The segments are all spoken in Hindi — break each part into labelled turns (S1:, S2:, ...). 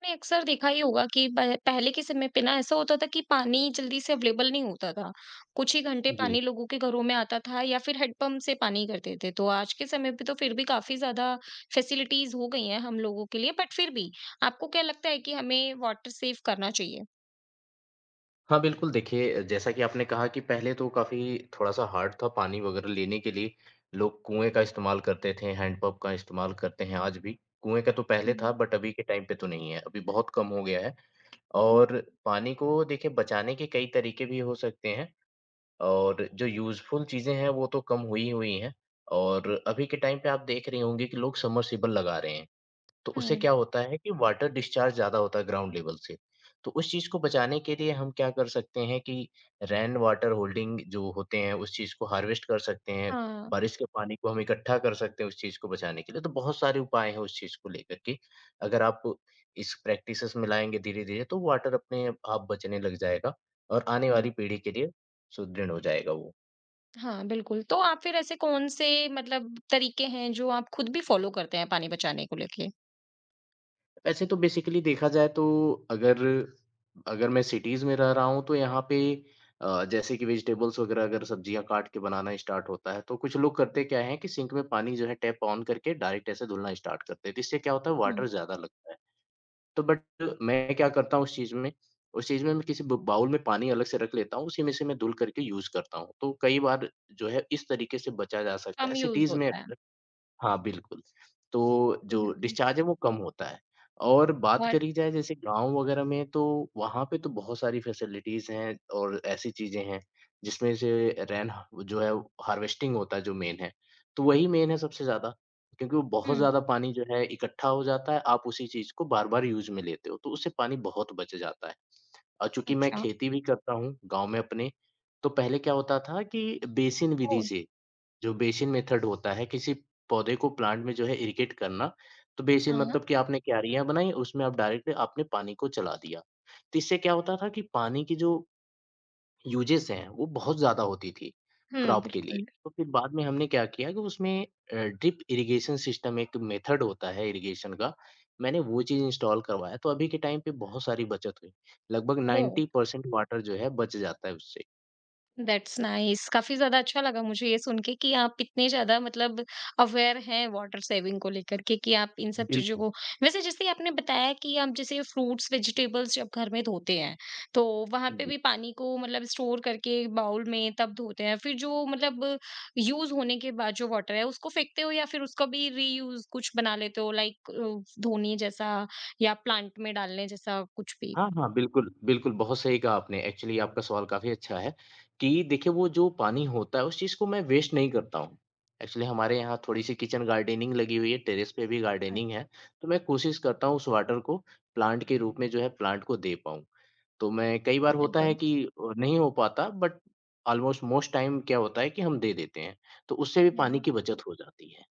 S1: आपने अक्सर देखा ही होगा कि पहले के समय पे ना ऐसा होता था कि पानी जल्दी से अवेलेबल नहीं होता था। कुछ ही घंटे
S2: जी।
S1: पानी लोगों के घरों में आता था, या फिर हैंडपंप से पानी करते थे। तो आज के समय पे तो फिर भी काफी ज्यादा फैसिलिटीज हो गई हैं हम लोगों के लिए, बट फिर भी आपको क्या लगता है कि हमें वाटर सेव करना चाहिए?
S2: हाँ, बिल्कुल देखिए, जैसा कि आपने कहा कि पहले तो काफ़ी थोड़ा-सा हार्ड था पानी वग़ैरह लेने के लिए, लोग कुएँ का इस्तेमाल करते थे, हैंडपंप का इस्तेमाल करते हैं आज भी। कुएँ का तो पहले था
S1: हम्म।
S2: बट अभी के टाइम पे तो नहीं है, अभी बहुत कम हो गया है। और पानी को देखिए बचाने के कई तरीके भी हो सकते हैं, और जो यूज़फुल चीज़ें हैं वो तो कम हुई ही हुई हैं। और अभी के टाइम पे आप देख रहे होंगे कि लोग सबमर्सिबल लगा रहे हैं। तो उससे
S1: हम्म।
S2: क्या होता है कि वाटर डिस्चार्ज ज़्यादा होता है ग्राउंड लेवल से। तो उस चीज़ को बचाने के लिए हम क्या कर सकते हैं कि रेन वाटर होल्डिंग जो होते हैं, उस चीज़ को हार्वेस्ट कर सकते हैं।
S1: हाँ।
S2: बारिश के पानी को हम इकट्ठा कर सकते हैं उस चीज़ को बचाने के लिए। तो बहुत सारे उपाय हैं उस चीज़ को लेकर के। अगर आप इस प्रैक्टिसेस में लाएँगे धीरे-धीरे तो वाटर अपने आप बचने लग जाएगा, और आने
S1: हम्म।
S2: वाली पीढ़ी के लिए सुदृढ़ हो जाएगा वो।
S1: हाँ, बिल्कुल। तो आप फिर ऐसे कौन से मतलब तरीके हैं जो आप खुद भी फॉलो करते हैं पानी बचाने को लेके?
S2: वैसे तो बेसिकली देखा जाए तो अगर अगर मैं सिटीज़ में रह रहा हूँ तो यहाँ पे जैसे कि वेजिटेबल्स वगैरह, अगर सब्जियाँ काट के बनाना स्टार्ट होता है तो कुछ लोग करते क्या हैं कि सिंक में पानी जो है, टैप ऑन करके डायरेक्ट ऐसे धुलना स्टार्ट करते हैं, तो इससे क्या होता है
S1: हम्म।
S2: वाटर ज़्यादा लगता है। बट मैं क्या करता हूँ उस चीज़ में, मैं किसी बाउल में पानी अलग से रख लेता हूँ, उसी में से मैं धुल करके यूज़ करता हूँ, तो कई बार जो है इस तरीके से बचा जा सकता है
S1: कम यूज
S2: सिटीज़ में।
S1: होता है।
S2: हाँ, बिल्कुल। तो जो
S1: बिल्कुल।
S2: डिस्चार्ज है वो कम होता है। और बात
S1: और
S2: करी जाए जैसे गाँव वगैरह में, तो वहाँ पे तो बहुत सारी फैसिलिटीज़ हैं और ऐसी चीज़ें हैं जिसमें से रेन जो है, हार्वेस्टिंग होता है जो मेन है। तो वही मेन है सबसे ज़्यादा, क्योंकि वो बहुत
S1: हम्म,
S2: ज़्यादा पानी जो है इकट्ठा हो जाता है, आप उसी चीज़ को बार-बार यूज़ में लेते हो, तो उससे पानी बहुत बच जाता है। और चूँकि मैं
S1: अच्छा।
S2: खेती भी करता हूँ गाँव में अपने, तो पहले क्या होता था कि बेसिन विधि
S1: वो
S2: से, जो बेसिन मेथड होता है, किसी पौधे को, प्लांट में जो है इरिगेट क्यारना, तो बेसिन
S1: हाँ।
S2: मतलब कि आपने क्यारियाँ बनाई, उसमें आप डायरेक्ट आपने पानी को चला दिया। तो इससे क्या होता था कि पानी की जो यूजेज़ हैं, वो बहुत ज़्यादा होती थी
S1: हुँ,
S2: क्रॉप के लिए।
S1: बिल्कुल।
S2: तो फिर बाद में हमने क्या किया कि उसमें ड्रिप इरिगेशन सिस्टम एक मेथड होता है इरिगेशन का, मैंने वो चीज़ इंस्टॉल करवाया, तो अभी के टाइम पे बहुत सारी बचत हुई। लगभग
S1: ओह!
S2: 90% वाटर जो है बच जाता है उससे।
S1: That's nice. काफ़ी ज़्यादा अच्छा लगा मुझे ये सुन के कि आप इतने ज़्यादा मतलब अवेयर हैं वाटर सेविंग को लेकर के, कि आप इन सब चीज़ों
S2: बिल्कुल।
S1: को वैसे जैसे आपने बताया कि आप जैसे फ्रूट्स, वेजिटेबल्स जब घर में धोते हैं, तो वहाँ पे भी पानी को मतलब स्टोर करके बाउल में तब धोते हैं। फिर जो मतलब यूज़ होने के बाद जो वाटर है, उसको फेंकते हो या फिर उसका भी रीयूज़ कुछ बना लेते हो, लाइक धोने जैसा या प्लांट में डालने जैसा कुछ भी?
S2: हाँ, हाँ, बिल्कुल, बिल्कुल, बहुत सही कहा आपने। एक्चुअली आपका सवाल काफ़ी अच्छा है कि देखिए, वो जो पानी होता है, उस चीज़ को मैं वेस्ट नहीं करता हूँ। एक्चुअली हमारे यहाँ थोड़ी-सी किचन गार्डनिंग लगी हुई है, टेरेस पे भी
S1: हाँ,
S2: गार्डनिंग है, तो मैं कोशिश करता हूँ उस वाटर को प्लांट के रूप में जो है, प्लांट को दे पाऊँ। तो मैं, कई बार होता है
S1: बिल्कुल।
S2: कि नहीं हो पाता, बट ऑलमोस्ट मोस्ट टाइम क्या होता है कि हम दे देते हैं, तो उससे भी पानी
S1: या
S2: की बचत हो जाती है।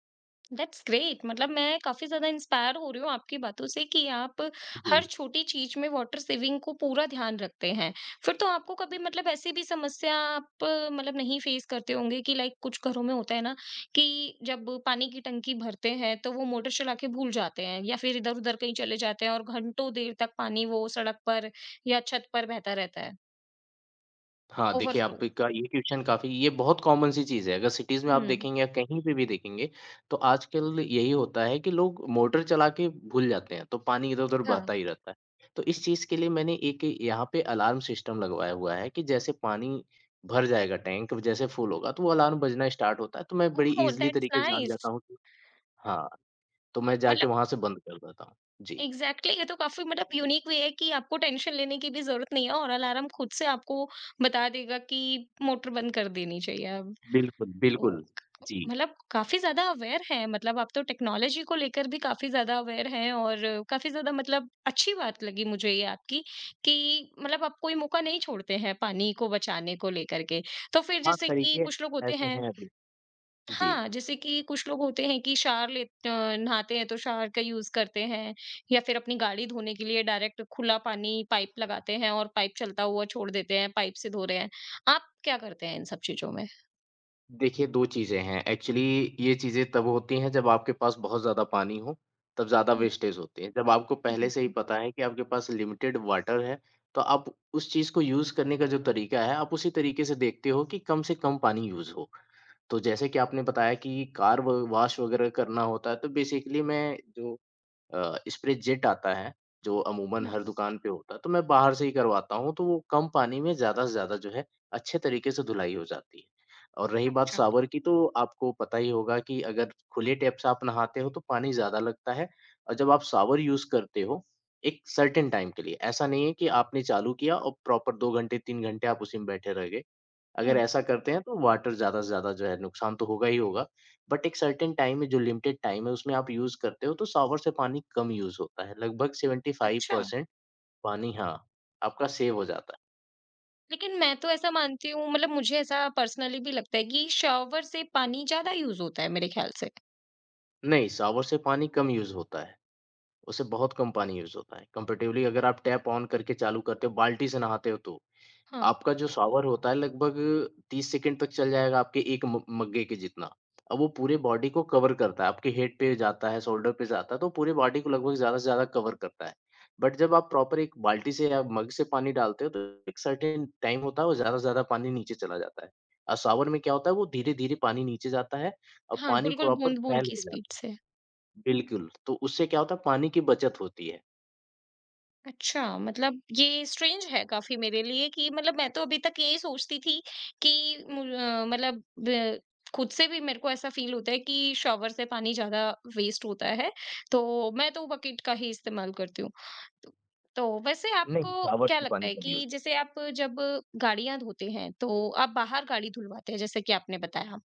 S1: That's great. मतलब मैं काफ़ी ज़्यादा इंस्पायर हो रही हूँ आपकी बातों से कि आप हर
S2: जी।
S1: छोटी चीज़ में वाटर सेविंग को पूरा ध्यान रखते हैं। फिर तो आपको कभी मतलब ऐसी भी समस्या आप मतलब नहीं फेस करते होंगे कि लाइक कुछ घरों में होता है ना कि जब पानी की टंकी भरते हैं, तो वो मोटर चला के भूल जाते हैं या फिर इधर-उधर कहीं चले जाते हैं और घंटों देर तक पानी वो सड़क पर या छत पर बहता रहता है।
S2: हाँ, देखिए
S1: ओवरफ्लो।
S2: आपका ये क्वेश्चन काफ़ी, ये बहुत कॉमन सी चीज़ है। अगर सिटीज़ में आप
S1: हुँ।
S2: देखेंगे या कहीं पे भी देखेंगे, तो आजकल यही होता है कि लोग मोटर चला के भूल जाते हैं, तो पानी इधर-उधर बहता
S1: हाँ।
S2: ही रहता है। तो इस चीज़ के लिए मैंने एक यहाँ पे अलार्म सिस्टम लगवाया हुआ है कि जैसे पानी भर जाएगा टैंक, जैसे फुल होगा तो वो अलार्म बजना स्टार्ट होता है, तो मैं बड़ी
S1: ओह!
S2: ईज़िली
S1: दैट्स
S2: तरीके से जान जाता
S1: नाइस।
S2: हूँ कि हाँ, तो मैं जाके
S1: मतलब
S2: वहाँ से बंद कर देता हूँ। जी,
S1: एग्जैक्टली, ये तो काफी मतलब यूनिक वे है कि आपको टेंशन लेने की भी जरूरत नहीं है और अलार्म खुद से आपको बता देगा कि मोटर बंद कर देनी चाहिए अब।
S2: बिल्कुल,
S1: ओ,
S2: बिल्कुल। जी,
S1: मतलब काफी ज्यादा अवेयर है, मतलब आप तो टेक्नोलॉजी को लेकर भी काफी ज्यादा अवेयर हैं, और काफी ज्यादा मतलब अच्छी बात लगी मुझे ये आपकी कि मतलब आप कोई मौका नहीं छोड़ते हैं पानी को बचाने को लेकर के। तो फिर
S2: हाँ,
S1: जैसे कि
S2: तरीके
S1: कुछ लोग होते
S2: ऐसे
S1: हैं,
S2: हैं अभी। जी।
S1: हाँ, जैसे कि कुछ लोग होते हैं कि शावर ले नहाते हैं तो शावर का यूज़ करते हैं, या फिर अपनी गाड़ी धोने के लिए डायरेक्ट खुला पानी पाइप लगाते हैं और पाइप चलता हुआ छोड़ देते हैं, पाइप से धो रहे हैं। आप क्या करते हैं इन सब चीज़ों में?
S2: देखिए, 2 चीज़ें हैं। एक्चुअली ये चीज़ें तब होती हैं जब आपके पास बहुत ज़्यादा पानी हो, तब ज़्यादा
S1: हुँ,
S2: वेस्टेज होती है। जब आपको पहले से ही
S1: बिल्कुल।
S2: पता है कि आपके पास लिमिटेड वाटर है, तो आप उस चीज़ को यूज़ करने का जो तरीका है, आप उसी तरीके से देखते हो कि कम से कम पानी यूज़ हो। तो जैसे कि आपने बताया कि कार व वॉश वगैरह करना होता है, तो बेसिकली मैं, जो स्प्रे जेट आता है, जो अमूमन
S1: हुँ,
S2: हर दुकान पे होता है, तो मैं बाहर से ही करवाता हूँ, तो वो कम पानी में ज़्यादा से ज़्यादा जो है, अच्छे तरीके से धुलाई हो जाती है। और रही बात
S1: अच्छा।
S2: शावर की, तो आपको पता ही होगा कि अगर खुले टैप से आप नहाते हो तो पानी ज़्यादा लगता है, और जब आप शावर यूज़ करते हो, एक सर्टेन टाइम के लिए, ऐसा नहीं है कि आपने चालू किया और प्रॉपर 2 घंटे, 3 घंटे आप उसी में बैठे रह गए।
S1: हुँ,
S2: अगर ऐसा करते हैं तो वाटर ज़्यादा से ज़्यादा जो है, नुकसान तो होगा ही होगा, बट एक सर्टेन टाइम है, जो लिमिटेड टाइम है, उसमें आप यूज़ करते हो तो शॉवर से पानी कम यूज़ होता है, लगभग
S1: अच्छा।
S2: 75% पानी, हाँ, आपका सेव हो जाता
S1: लेकिन मैं तो ऐसा मानती हूँ, मतलब मुझे ऐसा पर्सनली भी लगता है कि शावर से पानी ज़्यादा यूज़ होता है मेरे ख्याल से।
S2: है। नहीं, शॉवर से पानी कम यूज़ होता है, उससे बहुत कम पानी यूज़ होता है, कंपैरेटिवली अगर आप टैप ऑन करके चालू करते हो, बाल्टी से नहाते हो तो।
S1: हाँ,
S2: आपका जो शॉवर होता है, लगभग 30 सेकंड तक चल जाएगा आपके एक म मग्गे के जितना। अब वो पूरे बॉडी को कवर करता है, आपके हेड पे जाता है, शोल्डर पे जाता है, तो पूरे बॉडी को लगभग ज़्यादा से ज़्यादा कवर करता है। बट जब आप प्रॉपर एक बाल्टी से या मग से पानी डालते हो, तो एक सर्टेन टाइम होता है, वो ज़्यादा से ज़्यादा पानी नीचे चला जाता है। और शॉवर में क्या होता है, वो धीरे-धीरे पानी नीचे जाता है और
S1: हाँ,
S2: पानी
S1: बिल्कुल,
S2: प्रॉपर
S1: बूँद-बूँद
S2: फैल
S1: की
S2: के जाता
S1: स्पीड
S2: है।
S1: से।
S2: बिल्कुल, तो उससे क्या होता है, पानी की बचत होती है।
S1: अच्छा, मतलब ये स्ट्रेंज है काफ़ी मेरे लिए कि मतलब मैं तो अभी तक यही सोचती थी कि मतलब ब खुद से भी मेरे को ऐसा फ़ील होता है कि शॉवर से पानी ज़्यादा वेस्ट होता है, तो मैं तो बकेट का ही इस्तेमाल करती हूँ। तो तो वैसे
S2: नहीं,
S1: आपको
S2: शॉवर
S1: क्या
S2: से
S1: लगता
S2: पानी
S1: है
S2: कम यूज़
S1: कि
S2: होता
S1: जैसे
S2: है।
S1: आप जब गाड़ियाँ धोते हैं, तो आप बाहर गाड़ी धुलवाते हैं, जैसे कि आपने बताया।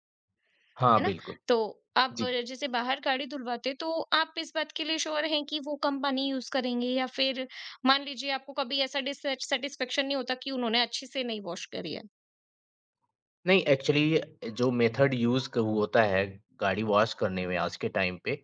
S2: हाँ,
S1: है ना?
S2: बिल्कुल।
S1: तो अब
S2: जी।
S1: जैसे बाहर गाड़ी धुलवाते तो आप इस बात के लिए श्योर हैं कि वो कम पानी यूज़ करेंगे, या फिर मान लीजिए आपको कभी ऐसा डिससैटिस्फैक्शन नहीं होता कि उन्होंने अच्छे से नहीं वॉश करी है?
S2: नहीं, एक्चुअली जो मेथड यूज़ क होता है गाड़ी वॉश करने में आज के टाइम पे,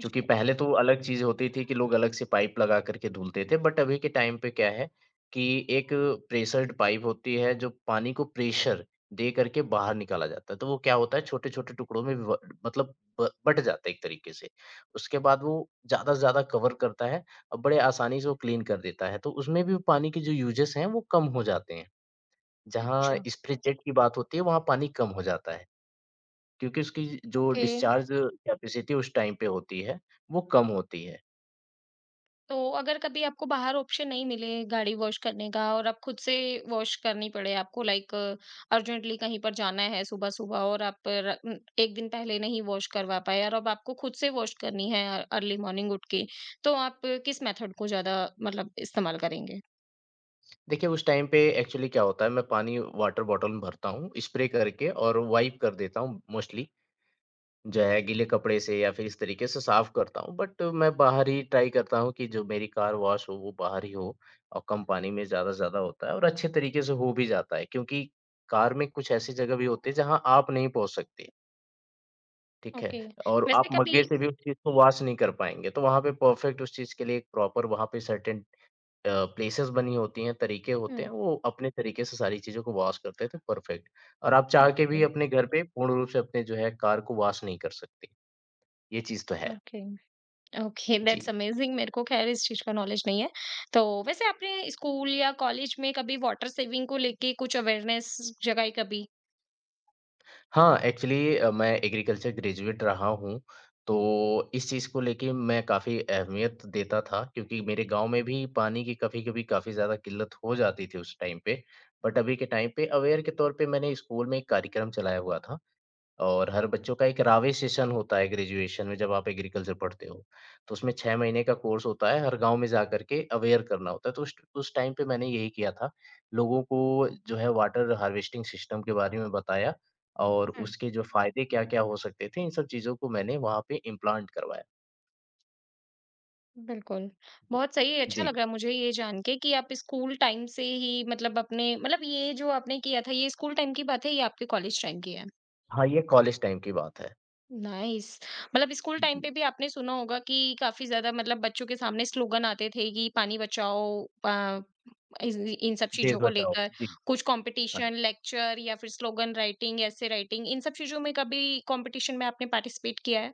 S2: चूँकि
S1: जी।
S2: पहले तो अलग चीज़ होती थी कि लोग अलग से पाइप लगा कर के धुलते थे, बट अभी के टाइम पे क्या है कि एक प्रेशर्ड पाइप होती है, जो पानी को प्रेशर दे करके बाहर निकाला जाता है। तो वो क्या होता है, छोटे-छोटे टुकड़ों में व मतलब ब बँट जाता है एक तरीके से। उसके बाद वो ज़्यादा से ज़्यादा कवर करता है और बड़े आसानी से वो क्लीन कर देता है। तो उसमें भी पानी के जो यूजेज़ हैं, वो कम हो जाते हैं। जहाँ
S1: अच्छा।
S2: स्प्रे जेट की बात होती है, वहाँ पानी कम हो जाता है, क्योंकि उसकी जो
S1: ओके।
S2: डिस्चार्ज कैपेसिटी उस टाइम पे होती है, वो कम होती है।
S1: तो अगर कभी आपको बाहर ऑप्शन नहीं मिले गाड़ी वॉश करने का और आप खुद से वॉश करनी पड़े आपको, लाइक अर्जेंटली कहीं पर जाना है सुबह सुबह, और आप एक दिन पहले नहीं वॉश करवा पाए, और अब आपको खुद से वॉश करनी है अर्ली मॉर्निंग उठ के, तो आप किस मेथड को ज्यादा मतलब इस्तेमाल करेंगे?
S2: देखिए, उस टाइम पे एक्चुअली क्या होता है, मैं पानी वाटर बॉटल में भरता हूँ, स्प्रे करके और वाइप कर देता हूँ मोस्टली, जो है गीले कपड़े से या फिर इस तरीके से साफ करता हूँ। बट मैं बाहर ही ट्राई करता हूँ कि जो मेरी कार वॉश हो, वो बाहर ही हो और कम पानी में ज़्यादा से ज़्यादा होता है और अच्छे तरीके से हो भी जाता है, क्योंकि कार में कुछ ऐसी जगह भी होती है, जहाँ आप नहीं पहुँच सकते। ठीक है?
S1: ओके।
S2: और आप
S1: वैसे कभी
S2: मग्गे से भी उस चीज़ को वॉश नहीं कर पाएँगे, तो वहाँ पे परफ़ेक्ट, उस चीज़ के लिए एक प्रॉपर वहाँ पे सर्टेन अ, प्लेसेस बनी होती हैं, तरीके होते
S1: हम्म।
S2: हैं, वो अपने तरीके से सारी चीज़ों को वॉश करते हैं, तो परफ़ेक्ट। और आप चाह के भी अपने घर पे पूर्ण रूप से अपने जो है कार को वॉश नहीं कर सकते। ये चीज़ तो है।
S1: ओके। ओके,
S2: जी।
S1: That's amazing. मेरे को खैर इस चीज का नॉलेज नहीं है। तो वैसे आपने स्कूल या कॉलेज में कभी वाटर सेविंग को लेके कुछ अवेयरनेस जगाई कभी?
S2: हाँ, एक्चुअली मैं एग्रीकल्चर ग्रेजुएट रहा हूँ, तो इस चीज़ को लेके मैं काफ़ी अहमियत देता था, क्योंकि मेरे गाँव में भी पानी की कभी-कभी काफ़ी ज़्यादा किल्लत हो जाती थी उस टाइम पे। बट अभी के टाइम पे अवेयर के तौर पे मैंने स्कूल में एक कार्यक्रम चलाया हुआ था। और हर बच्चों का एक रावे सेशन होता है ग्रेजुएशन में, जब आप एग्रीकल्चर पढ़ते हो। तो उसमें 6 महीने का कोर्स होता है, हर गाँव में जा कर के अवेयर करना होता है। तो उस टाइम पे मैंने यही किया था। लोगों को जो है वाटर हार्वेस्टिंग सिस्टम के बारे में बताया, और उसके जो फ़ायदे क्या-क्या हो सकते थे, इन सब चीज़ों को मैंने वहाँ पे इम्प्लांट करवाया।
S1: बिल्कुल,
S2: जी।
S1: बहुत सही। अच्छा
S2: जी।
S1: लगा मुझे ये जान के कि आप स्कूल टाइम से ही मतलब अपने मतलब, ये जो आपने किया था, ये स्कूल टाइम की बात है, ये आपके कॉलेज टाइम की है।
S2: हाँ, ये कॉलेज टाइम की बात है।
S1: नाइस। मतलब स्कूल टाइम
S2: जी।
S1: पे भी आपने सुना होगा कि काफ़ी ज़्यादा मतलब बच्चों के सामने स्लोगन आते थे कि पानी बचाओ, इस, इन सब
S2: देश
S1: चीज़ों को
S2: बचाओ।
S1: लेकर
S2: जी।
S1: कुछ
S2: हाँ।
S1: कॉम्पिटिशन, लेक्चर, या फिर स्लोगन राइटिंग, एसे राइटिंग, इन सब चीज़ों में कभी कॉम्पिटिशन में आपने पार्टिसिपेट किया है?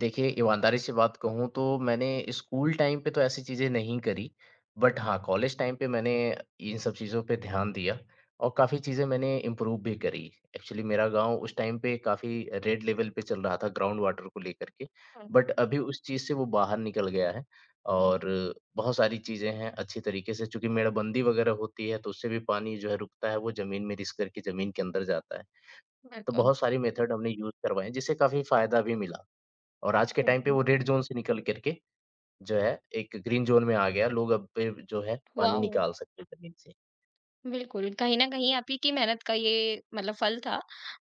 S2: देखिए, ईमानदारी से बात कहूँ तो मैंने स्कूल टाइम पे तो ऐसी चीज़ें नहीं करी, बट हाँ, कॉलेज टाइम पे मैंने इन सब चीज़ों पे ध्यान दिया और काफ़ी चीज़ें मैंने इम्प्रूव भी करी। एक्चुअली मेरा गाँव उस टाइम पे काफ़ी रेड लेवल पे चल रहा था ग्राउंड वाटर को लेकर के,
S1: हाँ।
S2: बट अभी उस चीज़ से वो बाहर निकल गया है। और बहुत सारी चीज़ें हैं अच्छी तरीके से, चूँकि मेड़बंदी वगैरह होती है, तो उससे भी पानी जो है रुकता है, वो ज़मीन में रिस करके ज़मीन के अंदर जाता है। तो
S1: बिल्कुल,
S2: बहुत सारी मेथड हमने यूज़ करवाए हैं, जिससे काफ़ी फ़ायदा भी मिला। और आज के टाइम पे
S1: बिल्कुल।
S2: वो रेड ज़ोन से निकल कर के जो है एक ग्रीन ज़ोन में आ गया। लोग अब पे जो है पानी
S1: वॉव!
S2: निकाल सकते हैं ज़मीन से।
S1: बिल्कुल, कहीं न कहीं आप ही की मेहनत का ये मतलब फल था।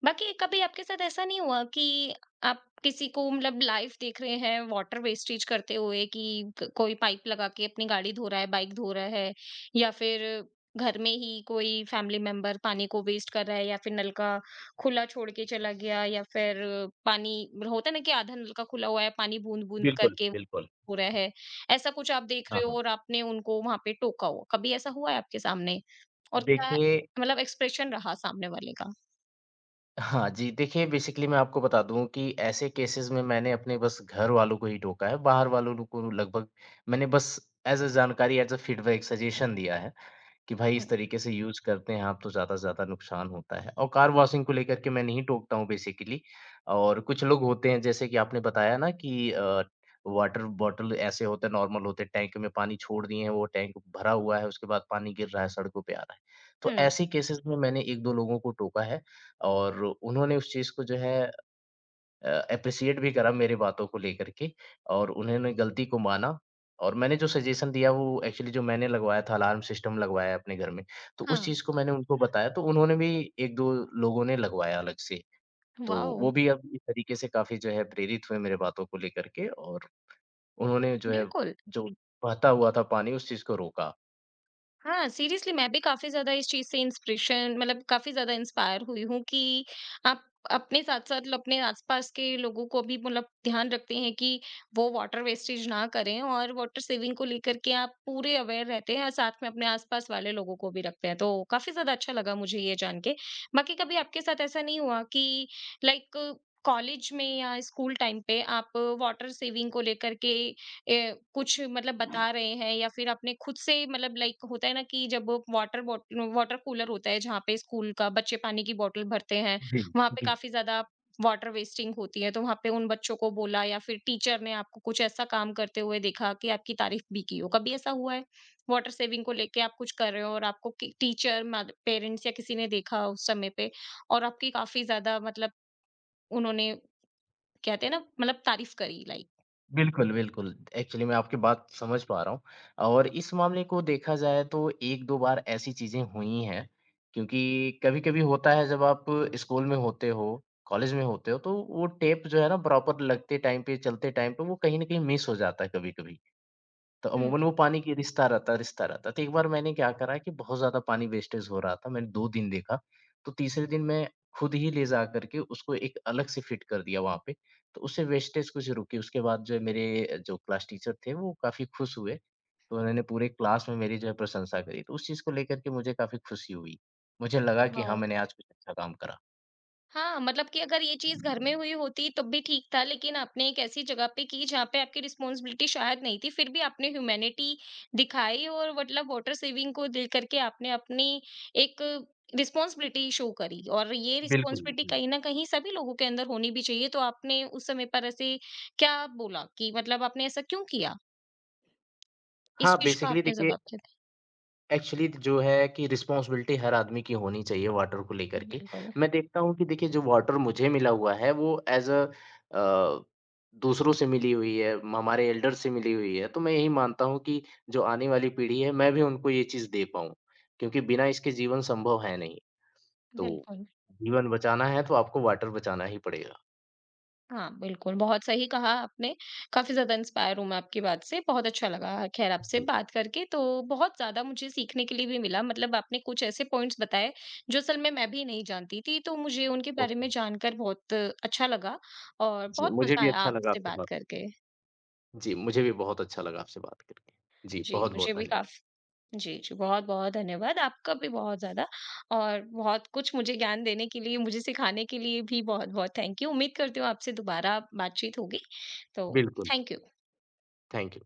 S1: बाकी कभी आपके साथ ऐसा नहीं हुआ कि आप किसी को मतलब लाइव देख रहे हैं वाटर वेस्टेज करते हुए कि क कोई पाइप लगा के अपनी गाड़ी धो रहा है, बाइक धो रहा है, या फिर घर में ही कोई फैमिली मेंबर पानी को वेस्ट कर रहा है, या फिर नल का खुला छोड़ के चला गया, या फिर पानी होता है ना कि आधा नल का खुला हुआ है, पानी बूँद-बूँद
S2: बिल्कुल,
S1: करके
S2: बिल्कुल।
S1: हो रहा है, ऐसा कुछ आप देख
S2: हाँ,
S1: रहे हो
S2: हाँ।
S1: और आपने उनको वहाँ पे टोका हो, कभी ऐसा हुआ है आपके सामने? और क्या
S2: देखिए।
S1: मतलब एक्सप्रेशन रहा सामने वाले का?
S2: हाँ जी, देखिए बेसिकली मैं आपको बता दूँ कि ऐसे केसेज़ में मैंने अपने बस घर वालों को ही टोका है, बाहर वालों लो को लगभग मैंने बस एज़ अ जानकारी, एज़ अ फीडबैक, सजेशन दिया है। कि भाई इस
S1: हुँ।
S2: तरीके से यूज़ करते हैं आप तो ज़्यादा से ज़्यादा नुकसान होता है। और कार वॉशिंग को लेकर के मैं नहीं टोकता हूँ बेसिकली। और कुछ लोग होते हैं, जैसे कि आपने बताया ना कि वाटर बॉटल ऐसे होते हैं, नॉर्मल होते हैं, टैंक में पानी छोड़ दिए हैं, वो टैंक भरा हुआ है, उसके बाद पानी गिर रहा है, सड़कों पे आ रहा है। तो
S1: हुँ,
S2: ऐसे केसेस में मैंने 1-2 लोगों को टोका है। और उन्होंने उस चीज़ को जो है एप्रिशिएट भी करा मेरी बातों को लेकर के। और उन्होंने गलती को माना। और मैंने जो सजेशन दिया, वो एक्चुअली जो मैंने लगवाया था, अलार्म सिस्टम लगवाया है अपने घर में, तो उस
S1: हाँ,
S2: चीज़ को मैंने उनको बताया, तो उन्होंने भी 1-2 लोगों ने लगवाया अलग से। तो
S1: वाओ!
S2: वो भी अब इस तरीके से काफ़ी जो है प्रेरित हुए मेरे बातों को लेकर के। और उन्होंने जो है,
S1: बिल्कुल।
S2: जो बहता हुआ था पानी, उस चीज़ को रोका।
S1: हाँ, सीरियसली मैं भी काफ़ी ज़्यादा इस चीज़ से इंस्पिरेशन मतलब काफ़ी ज़्यादा इंस्पायर हुई हूँ कि आप अपने साथ-साथ मतलब अपने आस-पास के लोगों को भी मतलब ध्यान रखते हैं कि वो वाटर वेस्टेज ना करें, और वाटर सेविंग को लेकर के आप पूरे अवेयर रहते हैं और साथ में अपने आस-पास वाले लोगों को भी रखते हैं। तो काफ़ी ज़्यादा अच्छा लगा मुझे ये जान के। बाकी कभी आपके साथ ऐसा नहीं हुआ कि लाइक कॉलेज में या स्कूल टाइम पे आप वाटर सेविंग को लेकर के ए, कुछ मतलब बता रहे हैं या फिर अपने खुद से मतलब, लाइक होता है ना कि जब वो वाटर बॉटल, वाटर कूलर होता है जहाँ पे स्कूल का बच्चे पानी की बोतल भरते हैं,
S2: जी,
S1: वहां पे
S2: जी।
S1: काफी ज्यादा वाटर वेस्टिंग होती है, तो वहां पे उन बच्चों को बोला या फिर टीचर ने आपको कुछ ऐसा काम करते हुए देखा कि आपकी तारीफ भी की हो? कभी ऐसा हुआ है वाटर सेविंग को लेके आप कुछ कर रहे हो और आपको टीचर, पेरेंट्स या किसी ने देखा उस समय पे, और आपकी काफी ज्यादा मतलब उन्होंने, कहते हैं ना, मतलब तारीफ करी लाइक?
S2: बिल्कुल, बिल्कुल। एक्चुअली मैं आपकी बात समझ पा रहा हूँ। और इस मामले को देखा जाए तो 1-2 बार ऐसी चीज़ें हुई हैं, क्योंकि कभी-कभी होता है, जब आप स्कूल में होते हो, कॉलेज में होते हो, तो वो टेप जो है ना, प्रॉपर लगते टाइम पे, चलते टाइम पे वो कहीं न कहीं मिस हो जाता है कभी-कभी। तो
S1: हम्म।
S2: अमूमन वो पानी की रिसता रहता है, रिसता रहता है। तो एक बार मैंने क्या करा कि बहुत ज़्यादा पानी वेस्टेज हो रहा था, मैंने 2 दिन देखा, तो तीसरे दिन मैं खुद ही ले जा कर के उसको एक अलग से फिट कर दिया वहाँ पे, तो उससे वेस्टेज कुछ रुकी। उसके बाद जो है मेरे जो क्लास टीचर थे, वो काफ़ी खुश हुए, तो उन्होंने पूरे क्लास में मेरी जो है प्रशंसा करी, तो उस चीज़ को लेकर के मुझे काफ़ी खुशी हुई। मुझे लगा कि हाँ,
S1: वाओ।
S2: मैंने आज कुछ अच्छा काम करा।
S1: हाँ, मतलब कि अगर ये चीज़ घर में हुई होती तब भी ठीक था, लेकिन आपने एक ऐसी जगह पे की जहाँ पे आपकी रिस्पॉन्सिबिलिटी शायद नहीं थी, फिर भी आपने ह्यूमैनिटी दिखाई और मतलब वाटर सेविंग को दे करके आपने अपनी एक रिस्पॉन्सिबिलिटी शो करी, और ये
S2: बिल्कुल,
S1: रिस्पॉन्सिबिलिटी
S2: हुँ।
S1: कहीं न कहीं सभी लोगों के अंदर होनी भी चाहिए। तो आपने उस समय पर ऐसे क्या बोला कि मतलब आपने ऐसा क्यों किया? इस
S2: हाँ,
S1: चीज़ का
S2: बेसिकली
S1: आपने
S2: देखिए,
S1: जवाब क्या दिया?
S2: एक्चुअली जो है कि रिस्पॉन्सिबिलिटी हर आदमी की होनी चाहिए वाटर को लेकर के।
S1: बिल्कुल,
S2: मैं देखता हूँ कि देखिए, जो वाटर मुझे मिला हुआ है, वो एज़ अ अ, दूसरों से मिली हुई है, हमारे एल्डर से मिली हुई है। तो मैं यही मानता हूँ कि जो आने वाली पीढ़ी है, मैं भी उनको ये चीज़ दे पाऊँ, क्योंकि बिना इसके जीवन संभव है नहीं। तो
S1: बिल्कुल।
S2: जीवन बचाना है तो आपको वाटर बचाना ही पड़ेगा।
S1: हाँ, बिल्कुल, बहुत सही कहा आपने। काफ़ी ज़्यादा इंस्पायर हूँ मैं आपकी बात से। बहुत अच्छा लगा ख़ैर आपसे
S2: जी,
S1: बात करके। तो बहुत ज़्यादा मुझे सीखने के लिए भी मिला, मतलब आपने कुछ ऐसे पॉइंट्स बताए, जो असल में मैं भी नहीं जानती थी, तो मुझे उनके बारे
S2: ओके।
S1: में जानकर बहुत अच्छा लगा, और
S2: जी,
S1: बहुत
S2: मुझे
S1: मज़ा
S2: भी
S1: आया
S2: अच्छा लगा
S1: आपसे
S2: आपसे
S1: बात
S2: बात कर,
S1: करके।
S2: जी, मुझे भी बहुत अच्छा लगा आपसे बात करके। जी,
S1: जी, मुझे
S2: बहुत-बहुत
S1: भी
S2: धन्यवाद।
S1: काफ़ जी, जी, बहुत-बहुत धन्यवाद। आपका भी बहुत ज़्यादा, और बहुत कुछ मुझे ज्ञान देने के लिए, मुझे सिखाने के लिए भी बहुत-बहुत थैंक यू। उम्मीद करती हूँ आपसे दोबारा बातचीत होगी, तो
S2: बिल्कुल,
S1: थैंक यू।
S2: Thank you.